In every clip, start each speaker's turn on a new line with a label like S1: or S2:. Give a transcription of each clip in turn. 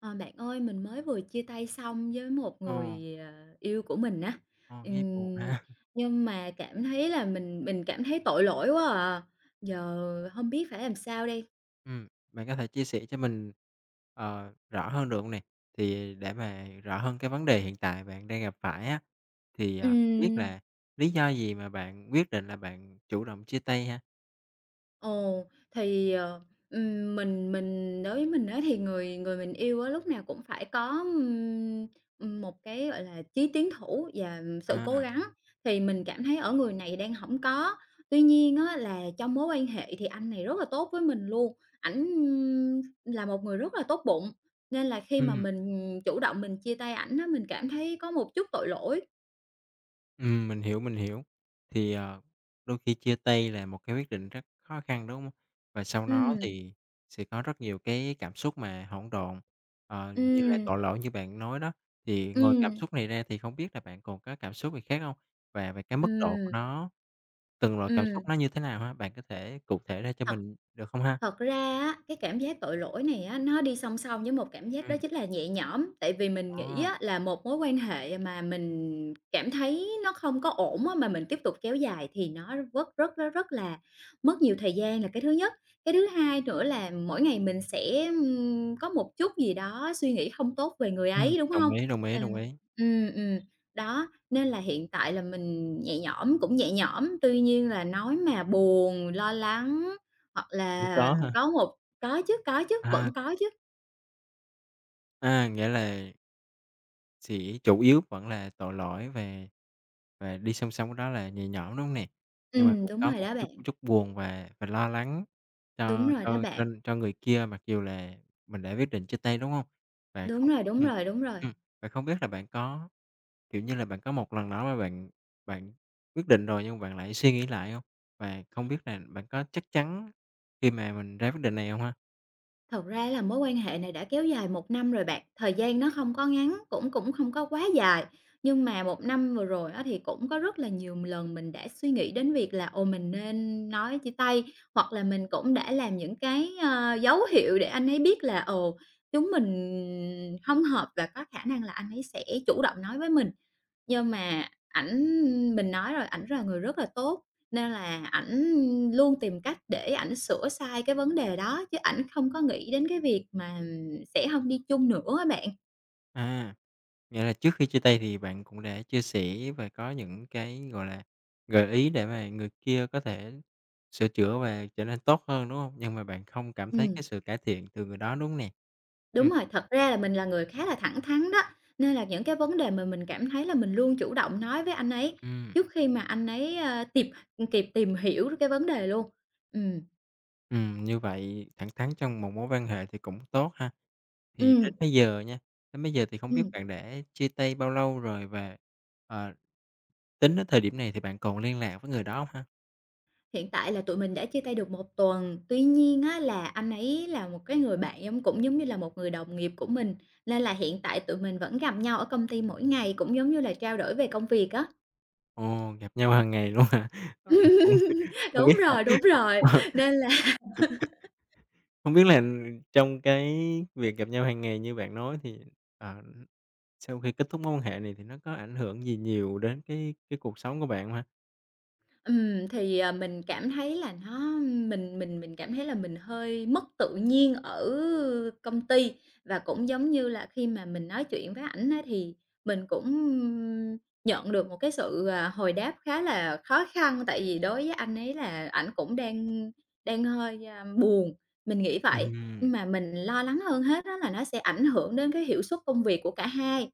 S1: Ờ, bạn ơi, mình mới vừa chia tay xong với một
S2: Ờ.
S1: người, yêu của mình á.
S2: ờ, Nghe buồn
S1: Ừm,
S2: ha.
S1: nhưng mà cảm thấy là mình cảm thấy tội lỗi quá à, giờ không biết phải làm sao đây.
S2: Bạn có thể chia sẻ cho mình, rõ hơn được hông nè? Thì để mà rõ hơn cái vấn đề hiện tại bạn đang gặp phải á, thì, không biết
S1: Ừm.
S2: là lý do gì mà bạn quyết định là bạn chủ động chia tay ha?
S1: Ồ, thì, mình đối với mình á thì người người mình yêu á lúc nào cũng phải có, một cái, gọi là, chí tiến thủ và sự cố
S2: À.
S1: gắng, thì mình cảm thấy ở người này đang không có. Tuy nhiên á là trong mối quan hệ thì anh này rất là tốt với mình luôn, ảnh là một người rất là tốt bụng, nên là khi mà
S2: Ừm.
S1: mình chủ động mình chia tay ảnh á, mình cảm thấy có một chút tội lỗi.
S2: Mình hiểu, mình hiểu. Thì, đôi khi chia tay là một cái quyết định rất khó khăn, đúng hông? Và sau nó
S1: Ừm,
S2: thì sẽ có rất nhiều cái cảm xúc mà hỗn độn, như là
S1: ừm,
S2: tội lỗi như bạn nói đó. Thì ngoài cảm
S1: ừm,
S2: xúc này ra thì không biết là bạn còn có cảm xúc gì khác không? Và về cái mức độ của
S1: ừm,
S2: nó, từng loại cảm
S1: ừm,
S2: xúc nó như thế nào ha? Bạn có thể cụ thể ra cho
S1: thật
S2: mình được không ha?
S1: Thật ra á, cái cảm giác tội lỗi này á, nó đi song song với một cảm giác
S2: Ừm.
S1: đó chính là nhẹ nhõm. Tại vì mình nghĩ
S2: ờ,
S1: á, là một mối quan hệ mà mình cảm thấy nó không có ổn á, mà mình tiếp tục kéo dài thì nó rất rất rất rất là mất nhiều thời gian là cái thứ nhất. Cái thứ hai nữa là mỗi ngày mình sẽ, có một chút gì đó suy nghĩ không tốt về người ấy, đúng
S2: Đồng
S1: không?
S2: ý, đồng ý,
S1: Ờ,
S2: đồng ý.
S1: ừm, ừm, đó, nên là hiện tại là mình nhẹ nhõm, cũng nhẹ nhõm, tuy nhiên là nói mà buồn, lo lắng hoặc
S2: Cũng
S1: là
S2: có hả?
S1: có chứ,
S2: À,
S1: vẫn có chứ.
S2: Nghĩa là, thì chủ yếu vẫn là tội lỗi về, và đi song song với đó là nhẹ nhõm, đúng hông nè? Nhưng mà cũng
S1: Đúng
S2: có
S1: rồi
S2: một
S1: đó
S2: chút
S1: bạn,
S2: chút buồn và lo lắng
S1: đúng
S2: cho
S1: rồi đó
S2: cho cho
S1: bạn,
S2: cho người kia mặc dù là mình đã quyết định chia tay, đúng hông? Và
S1: đúng
S2: không.
S1: rồi, đúng
S2: ừm,
S1: rồi, đúng rồi.
S2: ừm, và không biết là bạn có, kiểu như là, bạn có một lần đó mà bạn bạn quyết định rồi nhưng bạn lại suy nghĩ lại hông? Và không biết là bạn có chắc chắn khi mà mình ra quyết định này hông ha?
S1: Thật ra là mối quan hệ này đã kéo dài một năm rồi bạn, thời gian nó không có ngắn, cũng cũng không có quá dài, nhưng mà một năm vừa rồi á thì cũng có rất là nhiều lần mình đã suy nghĩ đến việc là, ồ, mình nên nói chia tay, hoặc là mình cũng đã làm những cái, dấu hiệu để anh ấy biết là, ồ, chúng mình không hợp và có khả năng là anh ấy sẽ chủ động nói với mình. Nhưng mà mình nói rồi, ảnh là người rất là tốt, nên là ảnh luôn tìm cách để ảnh sửa sai cái vấn đề đó, chứ ảnh không có nghĩ đến cái việc mà sẽ hông đi chung nữa á bạn.
S2: À. Nghĩa là trước khi chia tay thì bạn cũng đã chia sẻ và có những cái, gọi là, gợi ý để mà người kia có thể sửa chữa và trở nên tốt hơn, đúng không? Nhưng mà bạn không cảm thấy
S1: Ừm,
S2: cái sự cải thiện từ người đó, đúng hông nè?
S1: đúng
S2: Ừm.
S1: rồi, thật ra là mình là người khá là thẳng thắn đó, nên là những cái vấn đề mà mình cảm thấy là mình luôn chủ động nói với anh ấy
S2: ừm,
S1: trước khi mà anh ấy, ơ, tìm kịp tìm hiểu cái vấn đề luôn. Ừm,
S2: Như vậy thẳng thắn trong một mối quan hệ thì cũng tốt ha. Thì
S1: ừm,
S2: đến bây giờ nha, đến bây giờ thì không biết
S1: ừm.
S2: bạn đã chia tay bao lâu rồi, và ờ, tính đến thời điểm này thì bạn còn liên lạc với người đó không ha?
S1: Hiện tại là tụi mình đã chia tay được một tuần, tuy nhiên á là anh ấy là một cái người bạn cũng giống như là một người đồng nghiệp của mình, nên là hiện tại tụi mình vẫn gặp nhau ở công ty mỗi ngày, cũng giống như là trao đổi về công việc á.
S2: Ồ, gặp nhau hàng ngày luôn hả? Ờ, cũng không biết là
S1: Đúng rồi, nên là.
S2: Không biết là trong cái việc gặp nhau hàng ngày như bạn nói thì, ờ, sau khi kết thúc mối quan hệ này thì nó có ảnh hưởng gì nhiều đến cái cuộc sống của bạn không ha?
S1: Thì, mình cảm thấy là nó mình cảm thấy là mình hơi mất tự nhiên ở công ty. Và cũng giống như là khi mà mình nói chuyện với ảnh á, thì mình cũng nhận được một cái sự, hồi đáp khá là khó khăn, tại vì đối với anh ấy là ảnh cũng đang đang hơi, buồn, mình nghĩ vậy.
S2: Ừm.
S1: Nhưng mà mình lo lắng hơn hết á là nó sẽ ảnh hưởng đến cái hiệu suất công việc của cả hai.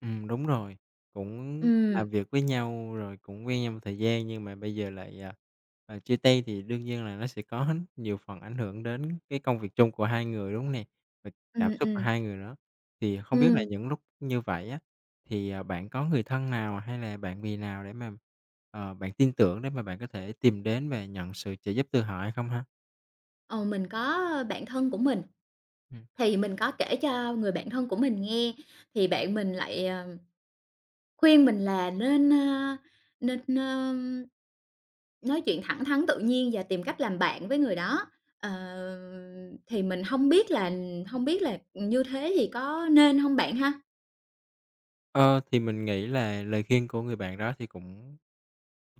S2: Đúng rồi, cũng
S1: Ừm,
S2: làm việc với nhau rồi cũng quen nhau một thời gian, nhưng mà bây giờ lại chia tay thì đương nhiên là nó sẽ có nhiều phần ảnh hưởng đến cái công việc chung của hai người, đúng hông nè? Và cảm
S1: ừm,
S2: xúc của
S1: ừm,
S2: hai người nữa. Thì không biết là
S1: ừm,
S2: những lúc như vậy á, thì bạn có người thân nào hay là bạn bè nào để mà bạn tin tưởng để mà bạn có thể tìm đến và nhận sự trợ giúp từ họ hay không ha?
S1: ờ, mình có bạn thân của mình.
S2: Ừm.
S1: Thì mình có kể cho người bạn thân của mình nghe, thì bạn mình lại, khuyên mình là nên nói chuyện thẳng thắn tự nhiên và tìm cách làm bạn với người đó. Ờ, thì mình không biết là như thế thì có nên không bạn ha?
S2: Ờ, thì mình nghĩ là lời khuyên của người bạn đó thì cũng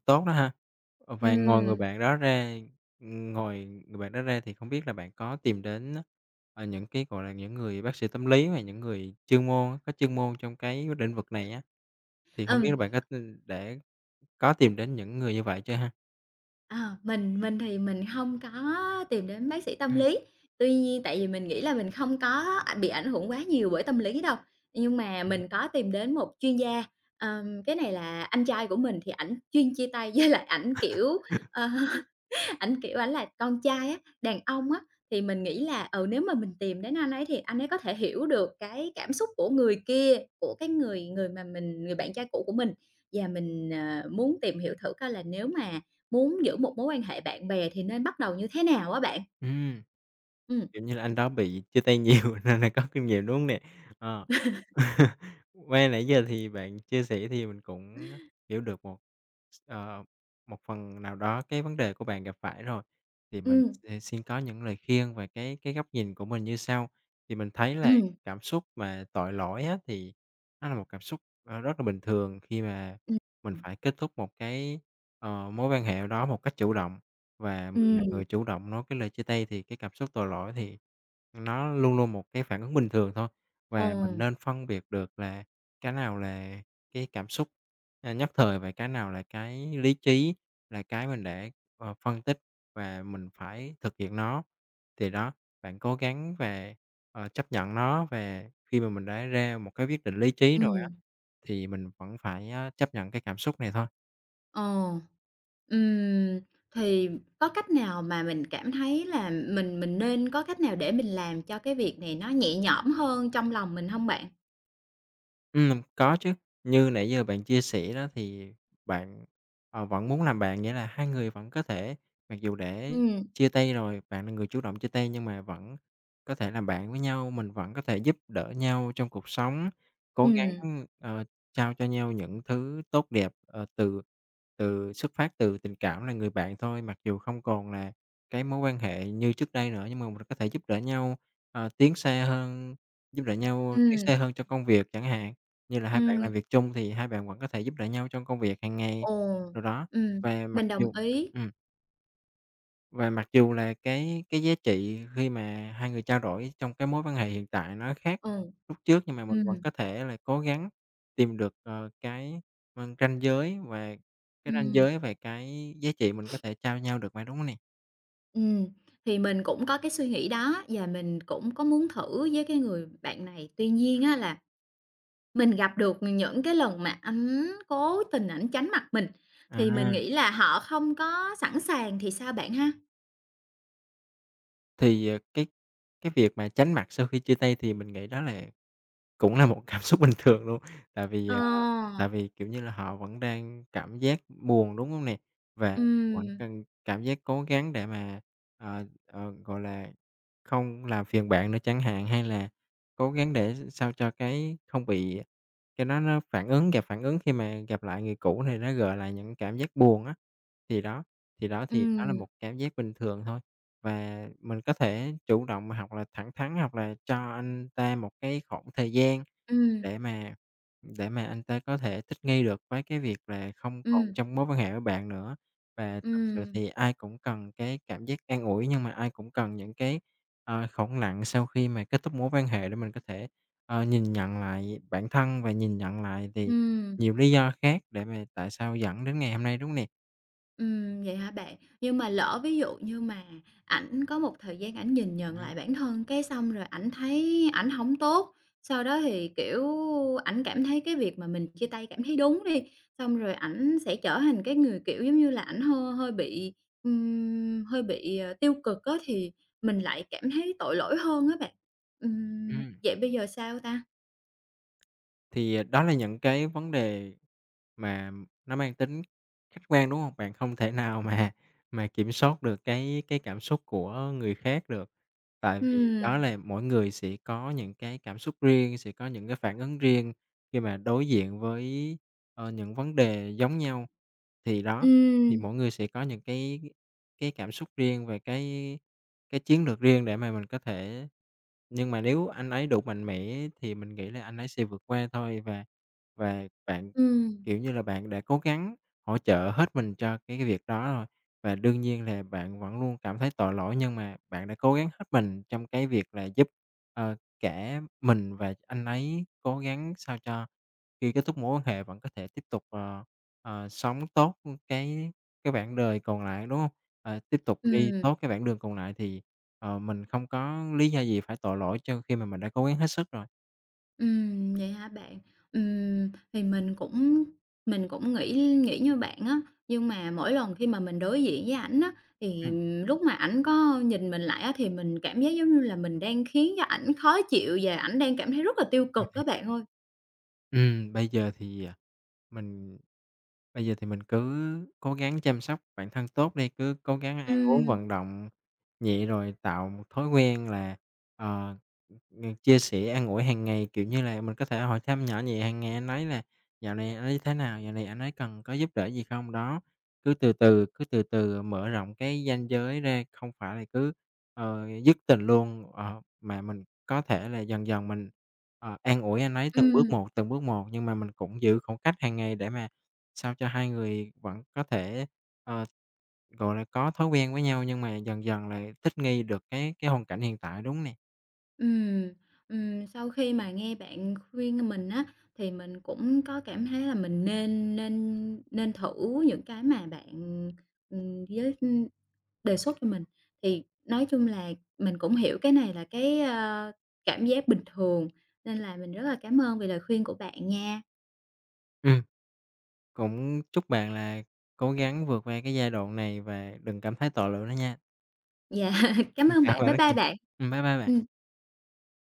S2: tốt đó ha. Ờ, và ngoài người
S1: Ừm,
S2: bạn đó ra Ngoài người bạn đó ra thì không biết là bạn có tìm đến những cái, gọi là, những người bác sĩ tâm lý, hoặc những người chuyên môn có chuyên môn trong cái lĩnh vực này á, thì không biết là
S1: ừm.
S2: bạn có tin để có tìm đến những người như vậy chưa ha?
S1: Ờ, mình thì mình không có tìm đến bác sĩ tâm
S2: Ừm.
S1: lý, tuy nhiên tại vì mình nghĩ là mình không có bị ảnh hưởng quá nhiều bởi tâm lý đâu. Nhưng mà mình có tìm đến một chuyên gia, cái này là anh trai của mình thì ảnh chuyên chia tay với lại ảnh, kiểu, ờ Ảnh, kiểu, ảnh là con trai á, đàn ông á, thì mình nghĩ là, nếu mà mình tìm đến anh ấy thì anh ấy có thể hiểu được cái cảm xúc của người kia, của cái người người mà mình người bạn trai cũ của mình. Và mình, muốn tìm hiểu thử coi là nếu mà muốn giữ một mối quan hệ bạn bè thì nên bắt đầu như thế nào á bạn?
S2: Ừm.
S1: Ừm, ừm,
S2: Kiểu như là, anh đó bị chia tay nhiều nên là có kinh nghiệm, đúng hông nè? Ờ. Qua nãy giờ thì bạn chia sẻ thì mình cũng hiểu được ờ, một phần nào đó cái vấn đề của bạn gặp phải rồi, thì mình
S1: ừm,
S2: sẽ xin có những lời khuyên về cái góc nhìn của mình như sau. Thì mình thấy là
S1: ừm,
S2: cảm xúc mà tội lỗi á, thì nó là một cảm xúc rất là bình thường khi mà mình
S1: ừm,
S2: phải kết thúc một cái mối quan hệ đó một cách chủ động. Và mình là
S1: ừm,
S2: người chủ động nói cái lời chia tay thì cái cảm xúc tội lỗi thì nó luôn luôn một cái phản ứng bình thường thôi,
S1: ờ,
S2: và mình nên phân biệt được là cái nào là cái cảm xúc nhất thời, và cái nào là cái lý trí, là cái mình để phân tích và mình phải thực hiện nó. Thì đó, bạn cố gắng và chấp nhận nó, và khi mà mình đã ra một cái quyết định lý trí rồi á,
S1: ừm,
S2: thì mình vẫn phải chấp nhận cái cảm xúc này thôi.
S1: ờ. Ừm, thì có cách nào mà mình cảm thấy là mình nên có cách nào để mình làm cho cái việc này nó nhẹ nhõm hơn trong lòng mình không bạn?
S2: Có chứ. Như nãy giờ bạn chia sẻ đó thì bạn vẫn muốn làm bạn, nghĩa là hai người vẫn có thể, mặc dù để
S1: Ừm,
S2: chia tay rồi, bạn là người chủ động chia tay nhưng mà vẫn có thể làm bạn với nhau, mình vẫn có thể giúp đỡ nhau trong cuộc sống, cố gắng
S1: ừm,
S2: ờ, trao cho nhau những thứ tốt đẹp, từ từ xuất phát từ tình cảm là người bạn thôi, mặc dù không còn là cái mối quan hệ như trước đây nữa, nhưng mà mình có thể giúp đỡ nhau tiến xa hơn, giúp đỡ nhau tiến
S1: ừm,
S2: xa hơn trong công việc chẳng hạn. Như là hai bạn làm
S1: ừm,
S2: việc chung thì hai bạn vẫn có thể giúp đỡ nhau trong công việc hàng ngày
S1: ồ,
S2: đồ đó.
S1: ừm,
S2: Và mặc
S1: mình đồng
S2: dù
S1: ý,
S2: ừm, và mặc dù là cái giá trị khi mà hai người trao đổi trong cái mối quan hệ hiện tại nó khác
S1: ồ, ừ.
S2: lúc trước, nhưng mà mình vẫn có thể là cố gắng tìm được cái ranh giới, và cái ranh
S1: Ừm,
S2: giới về cái giá trị mình có thể trao nhau được mà, đúng không nè?
S1: thì mình cũng có cái suy nghĩ đó và mình cũng có muốn thử với cái người bạn này. Tuy nhiên á là mình gặp được những cái lần mà ảnh cố tình ảnh tránh mặt mình,
S2: À,
S1: thì mình nghĩ là họ không có sẵn sàng thì sao bạn ha?
S2: thì cái việc mà tránh mặt sau khi chia tay thì mình nghĩ đó là cũng là một cảm xúc bình thường luôn, tại vì
S1: Ờ,
S2: kiểu như là, họ vẫn đang cảm giác buồn, đúng hông nè? Và vẫn
S1: ừm,
S2: cần cảm giác cố gắng để mà gọi là không làm phiền bạn nữa chẳng hạn, hay là cố gắng để sao cho cái không bị cái nó phản ứng khi mà gặp lại người cũ này, nó gợi lại những cảm giác buồn á. Thì đó, thì đó là
S1: ừm,
S2: một cảm giác bình thường thôi, và mình có thể chủ động mà hoặc là thẳng thắn, hoặc là cho anh ta một cái khoảng thời gian
S1: ừm,
S2: để mà anh ta có thể thích nghi được với cái việc là không còn
S1: ừm,
S2: trong mối quan hệ với bạn nữa. Và thật sự
S1: ừm,
S2: thì ai cũng cần cái cảm giác an ủi, nhưng mà ai cũng cần những cái khoảng lặng sau khi mà kết thúc mối quan hệ để mình có thể nhìn nhận lại bản thân, và nhìn nhận lại thì
S1: ừm.
S2: nhiều lý do khác để mà tại sao dẫn đến ngày hôm nay, đúng hông nè?
S1: Vậy hả bạn? Nhưng mà lỡ ví dụ như mà ảnh có một thời gian ảnh nhìn nhận
S2: Đấy.
S1: lại bản thân, cái xong rồi ảnh thấy ảnh hổng tốt, sau đó thì, kiểu, ảnh cảm thấy cái việc mà mình chia tay cảm thấy đúng đi, xong rồi ảnh sẽ trở thành cái người, kiểu, giống như là, ảnh hơi hơi bị, ờ, tiêu cực á, thì mình lại cảm thấy tội lỗi hơn á bạn. Ừm,
S2: Ừm.
S1: vậy bây giờ sao ta?
S2: Thì đó là những cái vấn đề mà nó mang tính khách quan, đúng không? Bạn không thể nào mà kiểm soát được cái cảm xúc của người khác được, tại vì đó
S1: Ừm,
S2: là mỗi người sẽ có những cái cảm xúc riêng, sẽ có những cái phản ứng riêng khi mà đối diện với những vấn đề giống nhau. Thì đó, thì
S1: ừm,
S2: mỗi người sẽ có những cái cảm xúc riêng về cái chiến lược riêng để mà mình có thể, nhưng mà nếu anh ấy đủ mạnh mẽ thì mình nghĩ là anh ấy sẽ vượt qua thôi. Và bạn,
S1: ừm,
S2: kiểu như là, bạn đã cố gắng hỗ trợ hết mình cho cái việc đó rồi, và đương nhiên là bạn vẫn luôn cảm thấy tội lỗi, nhưng mà bạn đã cố gắng hết mình trong cái việc là giúp cả mình và anh ấy cố gắng sao cho khi kết thúc mối quan hệ bạn có thể tiếp tục sống tốt cái cái quãng đời còn lại, đúng không? Tiếp tục đi
S1: ừm.
S2: tốt cái quãng đường còn lại thì mình không có lý do gì phải tội lỗi cho khi mà mình đã cố gắng hết sức rồi.
S1: Vậy hả bạn? Thì mình cũng nghĩ nghĩ như bạn á, nhưng mà mỗi lần khi mà mình đối diện với ảnh á,
S2: Ừ,
S1: thì lúc mà ảnh có nhìn mình lại á, thì mình cảm giác giống như là mình đang khiến cho ảnh khó chịu và ảnh đang cảm thấy rất là tiêu
S2: mình
S1: cực
S2: hiểu.
S1: các bạn ơi.
S2: Ừm, bây giờ thì, à Mình bây giờ thì mình cứ cố gắng chăm sóc bản thân tốt đi, cứ cố gắng ăn uống,
S1: Ừm,
S2: vận động nhẹ, rồi tạo một thói quen là ờ, ừm, chia sẻ an ủi hàng ngày, kiểu như là mình có thể hỏi thăm nhỏ nhẹ hàng ngày anh ấy là: "Dạo này anh ấy thế nào? Dạo này anh ấy cần có giúp đỡ gì không?" Đó, cứ từ từ mở rộng cái ranh giới ra, không phải là cứ dứt tình luôn, mà mình có thể là dần dần mình an ủi anh ấy
S1: ừm,
S2: từng bước một, nhưng mà mình cũng giữ khoảng cách hàng ngày để mà sao cho hai người vẫn có thể ờ, gọi là có thói quen với nhau, nhưng mà dần dần là thích nghi được cái hoàn cảnh hiện tại, đúng nè.
S1: ừm, sau khi mà nghe bạn khuyên mình á, thì mình cũng có cảm thấy là mình nên nên nên thử những cái mà bạn, giới Đề xuất cho mình, thì nói chung là mình cũng hiểu cái này là cái, cảm giác bình thường, nên là mình rất là cảm ơn vì lời khuyên của bạn nha.
S2: Ừm, Cũng chúc bạn là cố gắng vượt qua cái giai đoạn này và đừng cảm thấy tội lỗi nữa nha.
S1: Dạ, cảm
S2: Mình
S1: ơn
S2: cảm ơn
S1: bạn,
S2: bạn
S1: bye
S2: rất
S1: bye
S2: nhiều.
S1: bạn.
S2: Bye bye bạn.
S1: Ừm.